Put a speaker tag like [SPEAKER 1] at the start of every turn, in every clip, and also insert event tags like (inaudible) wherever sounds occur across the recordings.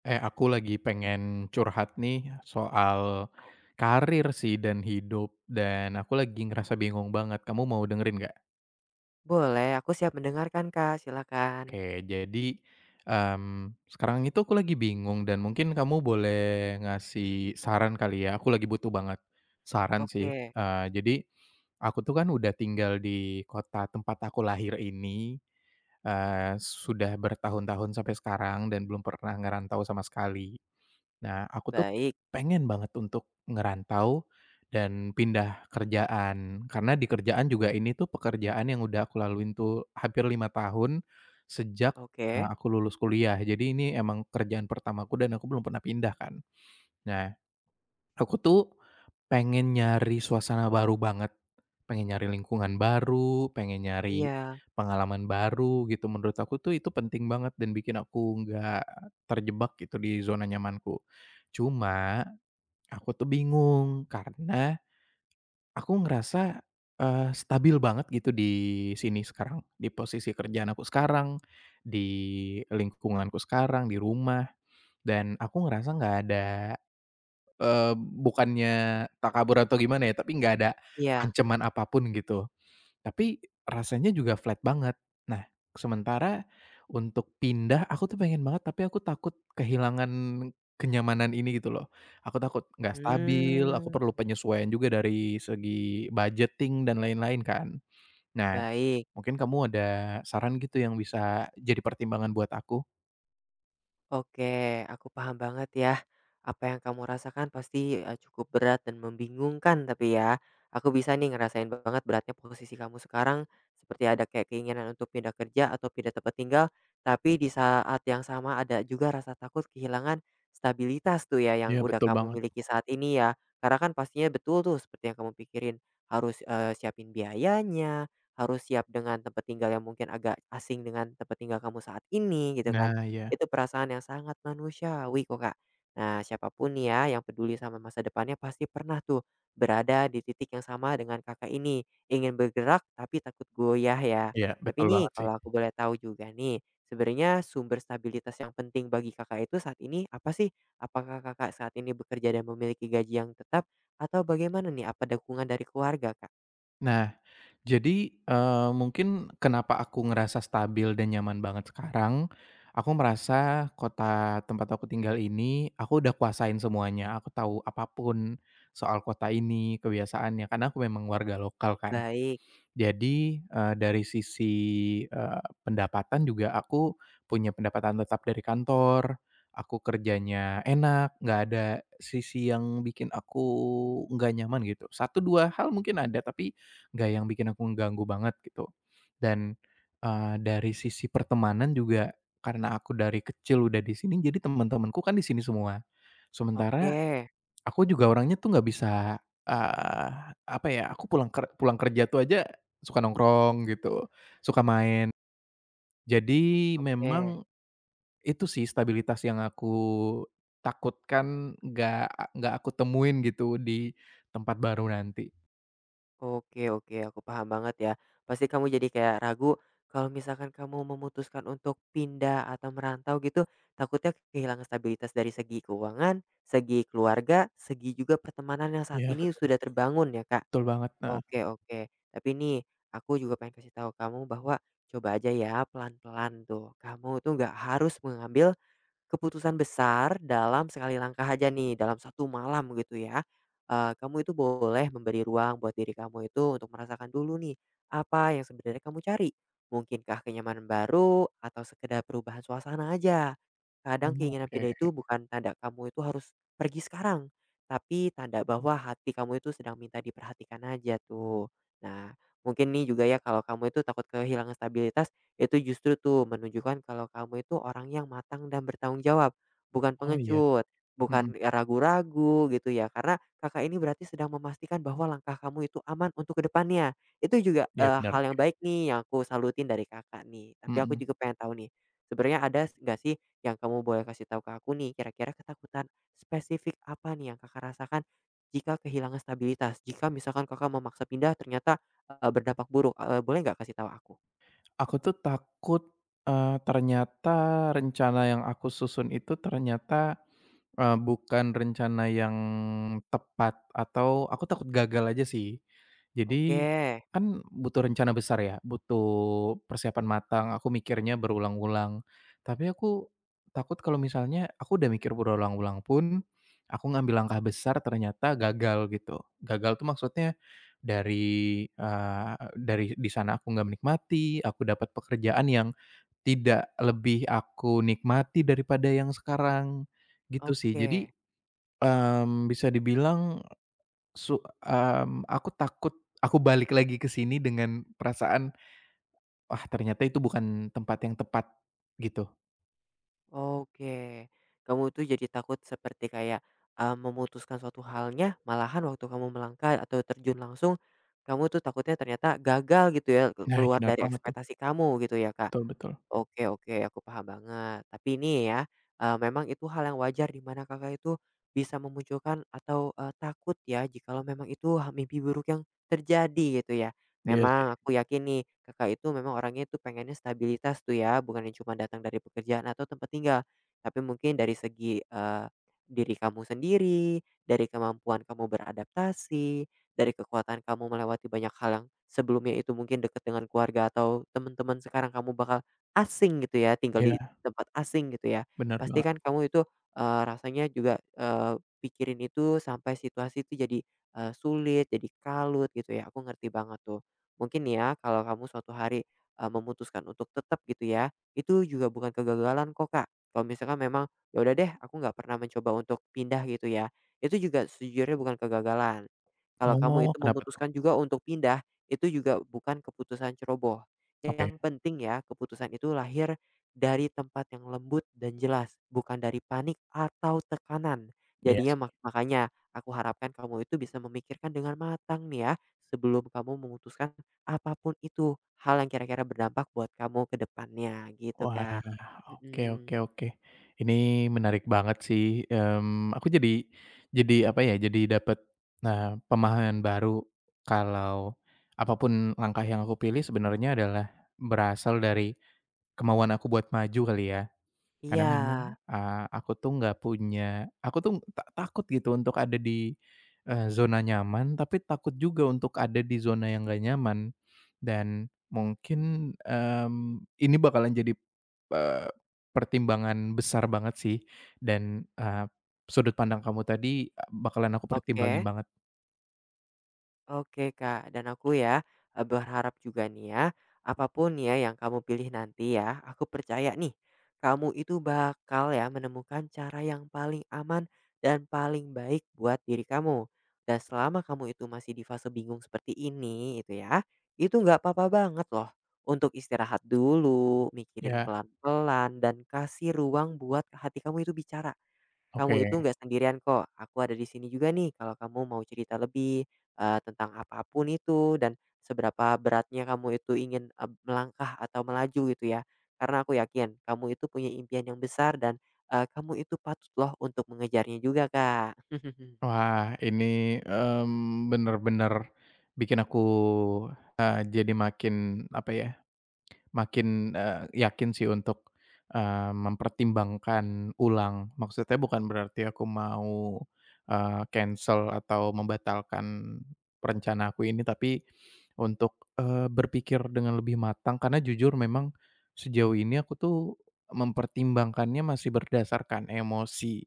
[SPEAKER 1] Eh, aku lagi pengen curhat nih soal karir sih dan hidup, dan aku lagi ngerasa bingung banget. Kamu mau dengerin nggak?
[SPEAKER 2] Boleh, aku siap mendengarkan, Kak, silakan.
[SPEAKER 1] Oke, jadi, mmm, sekarang itu aku lagi bingung dan mungkin kamu boleh ngasih saran kali ya, aku lagi butuh banget saran sih.
[SPEAKER 2] Oke,
[SPEAKER 1] Jadi aku tuh kan udah tinggal di kota tempat aku lahir ini, sudah bertahun-tahun sampai sekarang dan belum pernah ngerantau sama sekali. Nah, aku tuh
[SPEAKER 2] baik,
[SPEAKER 1] pengen banget untuk ngerantau dan pindah kerjaan, karena di kerjaan juga ini tuh pekerjaan yang udah aku laluin tuh hampir 5 tahun sejak,
[SPEAKER 2] oke.
[SPEAKER 1] aku lulus kuliah. Jadi ini emang kerjaan pertamaku dan aku belum pernah pindah kan. Nah, aku tuh pengen nyari suasana baru banget, pengen nyari lingkungan baru, pengen nyari
[SPEAKER 2] Iya,
[SPEAKER 1] pengalaman baru gitu. Menurut aku tuh itu penting banget dan bikin aku nggak terjebak gitu di zona nyamanku. Cuma aku tuh bingung karena aku ngerasa, stabil banget gitu di sini sekarang, di posisi kerjaan aku sekarang, di lingkunganku sekarang, di rumah, dan aku ngerasa nggak ada, bukannya takabur atau gimana ya, tapi nggak ada
[SPEAKER 2] iya,
[SPEAKER 1] ancaman apapun gitu. Tapi rasanya juga flat banget. Nah, sementara untuk pindah aku tuh pengen banget, tapi aku takut kehilangan kenyamanan ini gitu loh. Aku takut nggak stabil, aku
[SPEAKER 2] hmm,
[SPEAKER 1] perlu penyesuaian juga dari segi budgeting dan lain-lain kan. Nah,
[SPEAKER 2] baik.
[SPEAKER 1] mungkin kamu ada saran gitu yang bisa jadi pertimbangan buat aku?
[SPEAKER 2] Oke, aku paham banget ya. Apa yang kamu rasakan pasti cukup berat dan membingungkan tapi ya, aku bisa nih ngerasain banget beratnya posisi kamu sekarang seperti ada kayak keinginan untuk pindah kerja atau pindah tempat tinggal, tapi di saat yang sama ada juga rasa takut kehilangan stabilitas tuh ya yang
[SPEAKER 1] Iya,
[SPEAKER 2] udah
[SPEAKER 1] betul
[SPEAKER 2] kamu
[SPEAKER 1] banget.
[SPEAKER 2] miliki saat ini ya. Karena kan pastinya betul tuh seperti yang kamu pikirin, harus siapin biayanya, harus siap dengan tempat tinggal yang mungkin agak asing dengan tempat tinggal kamu saat ini gitu kan,
[SPEAKER 1] Nah, iya.
[SPEAKER 2] itu perasaan yang sangat manusiawi kok, Kak. Nah, siapapun nih ya yang peduli sama masa depannya pasti pernah tuh berada di titik yang sama dengan Kakak ini, ingin bergerak tapi takut goyah ya.
[SPEAKER 1] Iya,
[SPEAKER 2] Tapi
[SPEAKER 1] betul
[SPEAKER 2] nih
[SPEAKER 1] banget sih.
[SPEAKER 2] kalau aku boleh tahu juga nih, sebenarnya sumber stabilitas yang penting bagi Kakak itu saat ini apa sih? Apakah Kakak saat ini bekerja dan memiliki gaji yang tetap atau bagaimana nih? Apa dukungan dari keluarga, Kak?
[SPEAKER 1] Nah, jadi, mungkin kenapa aku ngerasa stabil dan nyaman banget sekarang, aku merasa kota tempat aku tinggal ini, aku udah kuasain semuanya, aku tahu apapun soal kota ini, kebiasaannya, karena aku memang warga lokal kan.
[SPEAKER 2] Baik,
[SPEAKER 1] Jadi, dari sisi, pendapatan juga aku punya pendapatan tetap dari kantor, aku kerjanya enak, nggak ada sisi yang bikin aku nggak nyaman gitu. Satu 2 hal mungkin ada, tapi nggak yang bikin aku mengganggu banget gitu. Dan, dari sisi pertemanan juga karena aku dari kecil udah di sini, jadi teman-temanku kan di sini semua. Sementara
[SPEAKER 2] oke,
[SPEAKER 1] aku juga orangnya tuh nggak bisa, apa ya, aku pulang kerja tuh aja suka nongkrong gitu, suka main. Jadi
[SPEAKER 2] oke.
[SPEAKER 1] memang itu sih stabilitas yang aku takutkan nggak nggak aku temuin gitu di tempat baru nanti.
[SPEAKER 2] Oke, oke, aku paham banget ya. Pasti kamu jadi kayak ragu kalau misalkan kamu memutuskan untuk pindah atau merantau gitu, takutnya kehilangan stabilitas dari segi keuangan, segi keluarga, segi juga pertemanan yang saat
[SPEAKER 1] Iya
[SPEAKER 2] ini
[SPEAKER 1] betul,
[SPEAKER 2] sudah terbangun ya, Kak.
[SPEAKER 1] betul banget, heeh.
[SPEAKER 2] Oke, oke. Tapi nih, aku juga pengen kasih tahu kamu bahwa coba aja ya pelan-pelan tuh. Kamu tuh nggak harus mengambil keputusan besar dalam sekali langkah aja nih, dalam satu malam gitu ya, kamu itu boleh memberi ruang buat diri kamu itu untuk merasakan dulu nih, apa yang sebenarnya kamu cari. Mungkinkah kenyamanan baru atau sekedar perubahan suasana aja.
[SPEAKER 1] Oh
[SPEAKER 2] Kadang keinginan
[SPEAKER 1] oke,
[SPEAKER 2] pindah itu bukan tanda kamu itu harus pergi sekarang, tapi tanda bahwa hati kamu itu sedang minta diperhatikan aja tuh. Nah, mungkin nih juga ya kalau kamu itu takut kehilangan stabilitas, itu justru tuh menunjukkan kalau kamu itu orang yang matang dan bertanggung jawab, bukan
[SPEAKER 1] oh iya,
[SPEAKER 2] pengecut,
[SPEAKER 1] mhm,
[SPEAKER 2] bukan ragu-ragu gitu ya. Karena Kakak ini berarti sedang memastikan bahwa langkah kamu itu aman untuk kedepannya. Itu juga,
[SPEAKER 1] iya benar
[SPEAKER 2] hal
[SPEAKER 1] sih,
[SPEAKER 2] yang baik nih yang aku salutin dari Kakak nih. Tapi aku
[SPEAKER 1] mhm.
[SPEAKER 2] juga pengen tahu nih, sebenarnya ada nggak sih yang kamu boleh kasih tahu ke aku nih kira-kira ketakutan spesifik apa nih yang Kakak rasakan jika kehilangan stabilitas? Jika misalkan Kakak memaksa pindah ternyata, berdampak buruk, boleh nggak kasih tahu aku?
[SPEAKER 1] Aku tuh takut, ternyata rencana yang aku susun itu ternyata, bukan rencana yang tepat atau aku takut gagal aja sih.
[SPEAKER 2] Oke.
[SPEAKER 1] Jadi, kan butuh rencana besar ya, butuh persiapan matang, aku mikirnya berulang-ulang. Tapi aku takut kalau misalnya aku udah mikir berulang-ulang pun, aku ngambil langkah besar ternyata gagal gitu. Gagal tuh maksudnya dari, dari di sana aku nggak menikmati, aku dapat pekerjaan yang tidak, lebih aku nikmati daripada yang sekarang, gitu sih. Jadi,
[SPEAKER 2] Oke,
[SPEAKER 1] bisa dibilang su aku takut aku balik lagi ke sini dengan perasaan, "Wah, ternyata itu bukan tempat yang tepat," gitu.
[SPEAKER 2] oke. Kamu itu jadi takut seperti kayak, memutuskan suatu halnya, malahan waktu kamu melangkah atau terjun langsung, kamu tuh takutnya ternyata gagal gitu ya,
[SPEAKER 1] Nah, iya
[SPEAKER 2] keluar
[SPEAKER 1] bener
[SPEAKER 2] dari
[SPEAKER 1] banget tuh,
[SPEAKER 2] ekspektasi kamu gitu ya, Kak.
[SPEAKER 1] betul betul.
[SPEAKER 2] Oke, oke, aku paham banget. Tapi ini ya, memang itu hal yang wajar di mana Kakak itu bisa memunculkan atau, takut ya jikalau memang itu mimpi buruk yang terjadi gitu ya.
[SPEAKER 1] Iya sih,
[SPEAKER 2] Memang aku yakin nih Kakak itu memang orangnya itu pengennya stabilitas tuh ya, bukan yang cuma datang dari pekerjaan atau tempat tinggal. Tapi mungkin dari segi, diri kamu sendiri, dari kemampuan kamu beradaptasi, dari kekuatan kamu melewati banyak hal yang sebelumnya itu mungkin dekat dengan keluarga atau teman-teman, sekarang kamu bakal asing gitu ya, tinggal di
[SPEAKER 1] iya,
[SPEAKER 2] tempat asing gitu ya.
[SPEAKER 1] bener
[SPEAKER 2] Pasti
[SPEAKER 1] banget.
[SPEAKER 2] kan kamu itu, rasanya juga, pikirin itu sampai situasi itu jadi, sulit, jadi kalut gitu ya, aku ngerti banget tuh. Mungkin ya kalau kamu suatu hari, memutuskan untuk tetap gitu ya, itu juga bukan kegagalan kok, Kak. Kalau misalkan memang, "Ya udah deh, aku nggak pernah mencoba untuk pindah," gitu ya, itu juga sejujurnya bukan kegagalan. Kalau kamu
[SPEAKER 1] Oh,
[SPEAKER 2] itu
[SPEAKER 1] kenapa tuh?
[SPEAKER 2] memutuskan juga untuk pindah, itu juga bukan keputusan ceroboh.
[SPEAKER 1] Oke,
[SPEAKER 2] Yang penting ya, keputusan itu lahir dari tempat yang lembut dan jelas, bukan dari panik atau tekanan.
[SPEAKER 1] iya sih.
[SPEAKER 2] Jadinya makanya aku harapkan kamu itu bisa memikirkan dengan matang nih ya, sebelum kamu memutuskan apapun itu, hal yang kira-kira berdampak buat kamu ke depannya gitu,
[SPEAKER 1] Wah,
[SPEAKER 2] Kak.
[SPEAKER 1] oke
[SPEAKER 2] Mhm,
[SPEAKER 1] oke oke. Ini menarik banget sih, aku jadi apa ya, jadi dapat, nah, pemahaman baru kalau apapun langkah yang aku pilih sebenarnya adalah berasal dari kemauan aku buat maju kali ya. Karena
[SPEAKER 2] iya,
[SPEAKER 1] memang, aku tuh nggak punya aku tuh ta takut gitu untuk ada di, zona nyaman, tapi takut juga untuk ada di zona yang nggak nyaman. Dan mungkin, mmm, ini bakalan jadi, eee, pertimbangan besar banget sih dan, eee, sudut pandang kamu tadi, bakalan aku pertimbangin
[SPEAKER 2] oke.
[SPEAKER 1] banget.
[SPEAKER 2] Oke Kak, dan aku ya, berharap juga nih ya, apapun ya yang kamu pilih nanti ya, aku percaya nih, kamu itu bakal ya menemukan cara yang paling aman dan paling baik buat diri kamu. Dan selama kamu itu masih di fase bingung seperti ini itu ya, itu nggak apa-apa banget loh untuk istirahat dulu, mikirin
[SPEAKER 1] Ya,
[SPEAKER 2] pelan-pelan, dan kasih ruang buat hati kamu itu bicara. Kamu
[SPEAKER 1] oke.
[SPEAKER 2] itu nggak sendirian kok, aku ada di sini juga nih kalau kamu mau cerita lebih, tentang apapun itu dan seberapa beratnya kamu itu ingin, melangkah atau melaju gitu ya. Karena aku yakin kamu itu punya impian yang besar dan, kamu itu patut loh untuk mengejarnya juga, Kak. (laughs)
[SPEAKER 1] Wah, ini, bener-bener bikin aku, jadi makin apa ya, makin, yakin sih untuk, mempertimbangkan ulang. Maksudnya bukan berarti aku mau, cancel atau membatalkan rencana aku ini, tapi untuk, berpikir dengan lebih matang karena jujur memang sejauh ini aku tuh mempertimbangkannya masih berdasarkan emosi.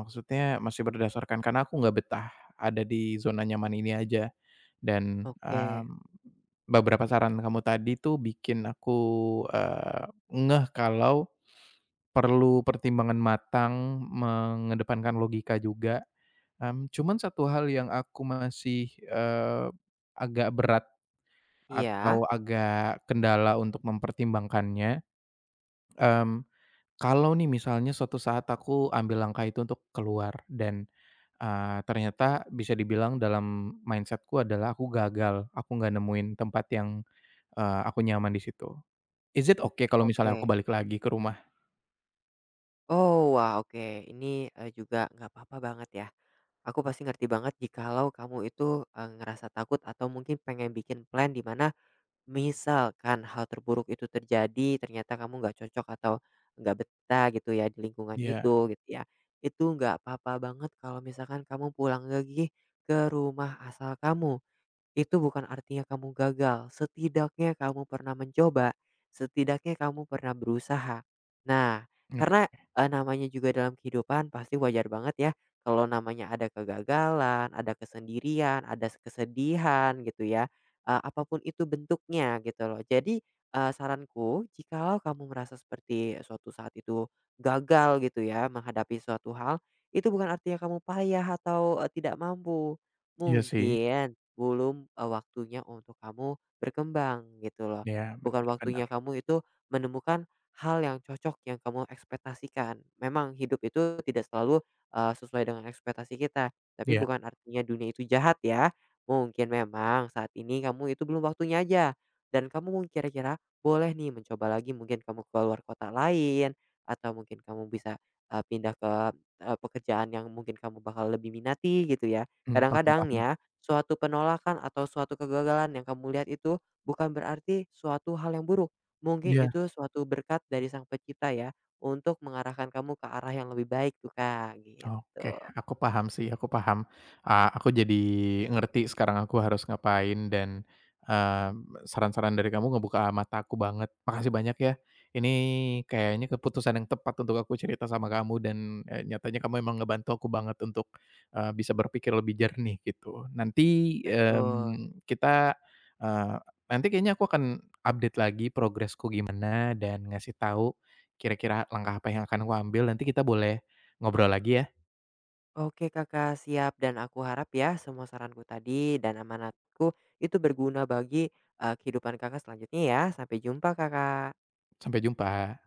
[SPEAKER 1] Maksudnya masih berdasarkan karena aku nggak betah ada di zona nyaman ini aja dan,
[SPEAKER 2] Oke,
[SPEAKER 1] beberapa saran kamu tadi tuh bikin aku, ngeh kalau perlu pertimbangan matang, mengedepankan logika juga, cuman satu hal yang aku masih, agak berat
[SPEAKER 2] iya,
[SPEAKER 1] atau agak kendala untuk mempertimbangkannya, mmm, kalau nih misalnya suatu saat aku ambil langkah itu untuk keluar dan, ternyata bisa dibilang dalam mindsetku adalah aku gagal, aku nggak nemuin tempat yang, aku nyaman di situ. Is it okay kalau misalnya aku
[SPEAKER 2] oke.
[SPEAKER 1] balik lagi ke rumah?
[SPEAKER 2] Oh, wah, oke, ini, juga nggak apa-apa banget ya. Aku pasti ngerti banget jikalau kamu itu, ngerasa takut atau mungkin pengen bikin plan di mana misalkan hal terburuk itu terjadi, ternyata kamu nggak cocok atau nggak betah gitu ya di lingkungan
[SPEAKER 1] Iya,
[SPEAKER 2] itu gitu ya. Itu nggak apa-apa banget kalau misalkan kamu pulang lagi ke rumah asal kamu. Itu bukan artinya kamu gagal, setidaknya kamu pernah mencoba, setidaknya kamu pernah berusaha. Nah,
[SPEAKER 1] oke.
[SPEAKER 2] karena, namanya juga dalam kehidupan pasti wajar banget ya kalau namanya ada kegagalan, ada kesendirian, ada kesedihan gitu ya, apapun itu bentuknya gitu loh. Jadi, saranku jikalau kamu merasa seperti suatu saat itu gagal gitu ya menghadapi suatu hal, itu bukan artinya kamu payah atau, tidak mampu.
[SPEAKER 1] Iya sih,
[SPEAKER 2] Mungkin belum, waktunya untuk kamu berkembang gitu loh.
[SPEAKER 1] iya bener
[SPEAKER 2] Bukan
[SPEAKER 1] bener.
[SPEAKER 2] waktunya kamu itu menemukan hal yang cocok yang kamu ekspektasikan. Memang hidup itu tidak selalu, sesuai dengan ekspektasi kita, tapi
[SPEAKER 1] Iya,
[SPEAKER 2] bukan artinya dunia itu jahat ya. Mungkin memang saat ini kamu itu belum waktunya aja dan kamu mungkin kira-kira boleh nih mencoba lagi mungkin kamu keluar kota lain atau mungkin kamu bisa, pindah ke, pekerjaan yang mungkin kamu bakal lebih minati gitu ya.
[SPEAKER 1] paham
[SPEAKER 2] Kadang-kadang
[SPEAKER 1] paham.
[SPEAKER 2] ya suatu penolakan atau suatu kegagalan yang kamu lihat itu bukan berarti suatu hal yang buruk. Mungkin
[SPEAKER 1] Iya.
[SPEAKER 2] itu suatu berkat dari Sang Pencipta ya, untuk mengarahkan kamu ke arah yang lebih baik tuh, Kak, gitu.
[SPEAKER 1] Oke, aku paham sih, aku paham. Aku jadi ngerti sekarang aku harus ngapain dan, eee, saran-saran dari kamu ngebuka mata aku banget. Makasih banyak ya. Ini kayaknya keputusan yang tepat untuk aku cerita sama kamu dan, nyatanya kamu emang ngebantu aku banget untuk, bisa berpikir lebih jernih gitu. Nanti,
[SPEAKER 2] Betul.
[SPEAKER 1] kita, eee, nanti kayaknya aku akan update lagi progresku gimana dan ngasih tahu kira-kira langkah apa yang akan aku ambil. Nanti kita boleh ngobrol lagi ya?
[SPEAKER 2] Oke, Kakak, siap dan aku harap ya semua saranku tadi dan amanatku itu berguna bagi, kehidupan Kakak selanjutnya ya. Sampai jumpa, Kakak.
[SPEAKER 1] Sampai jumpa.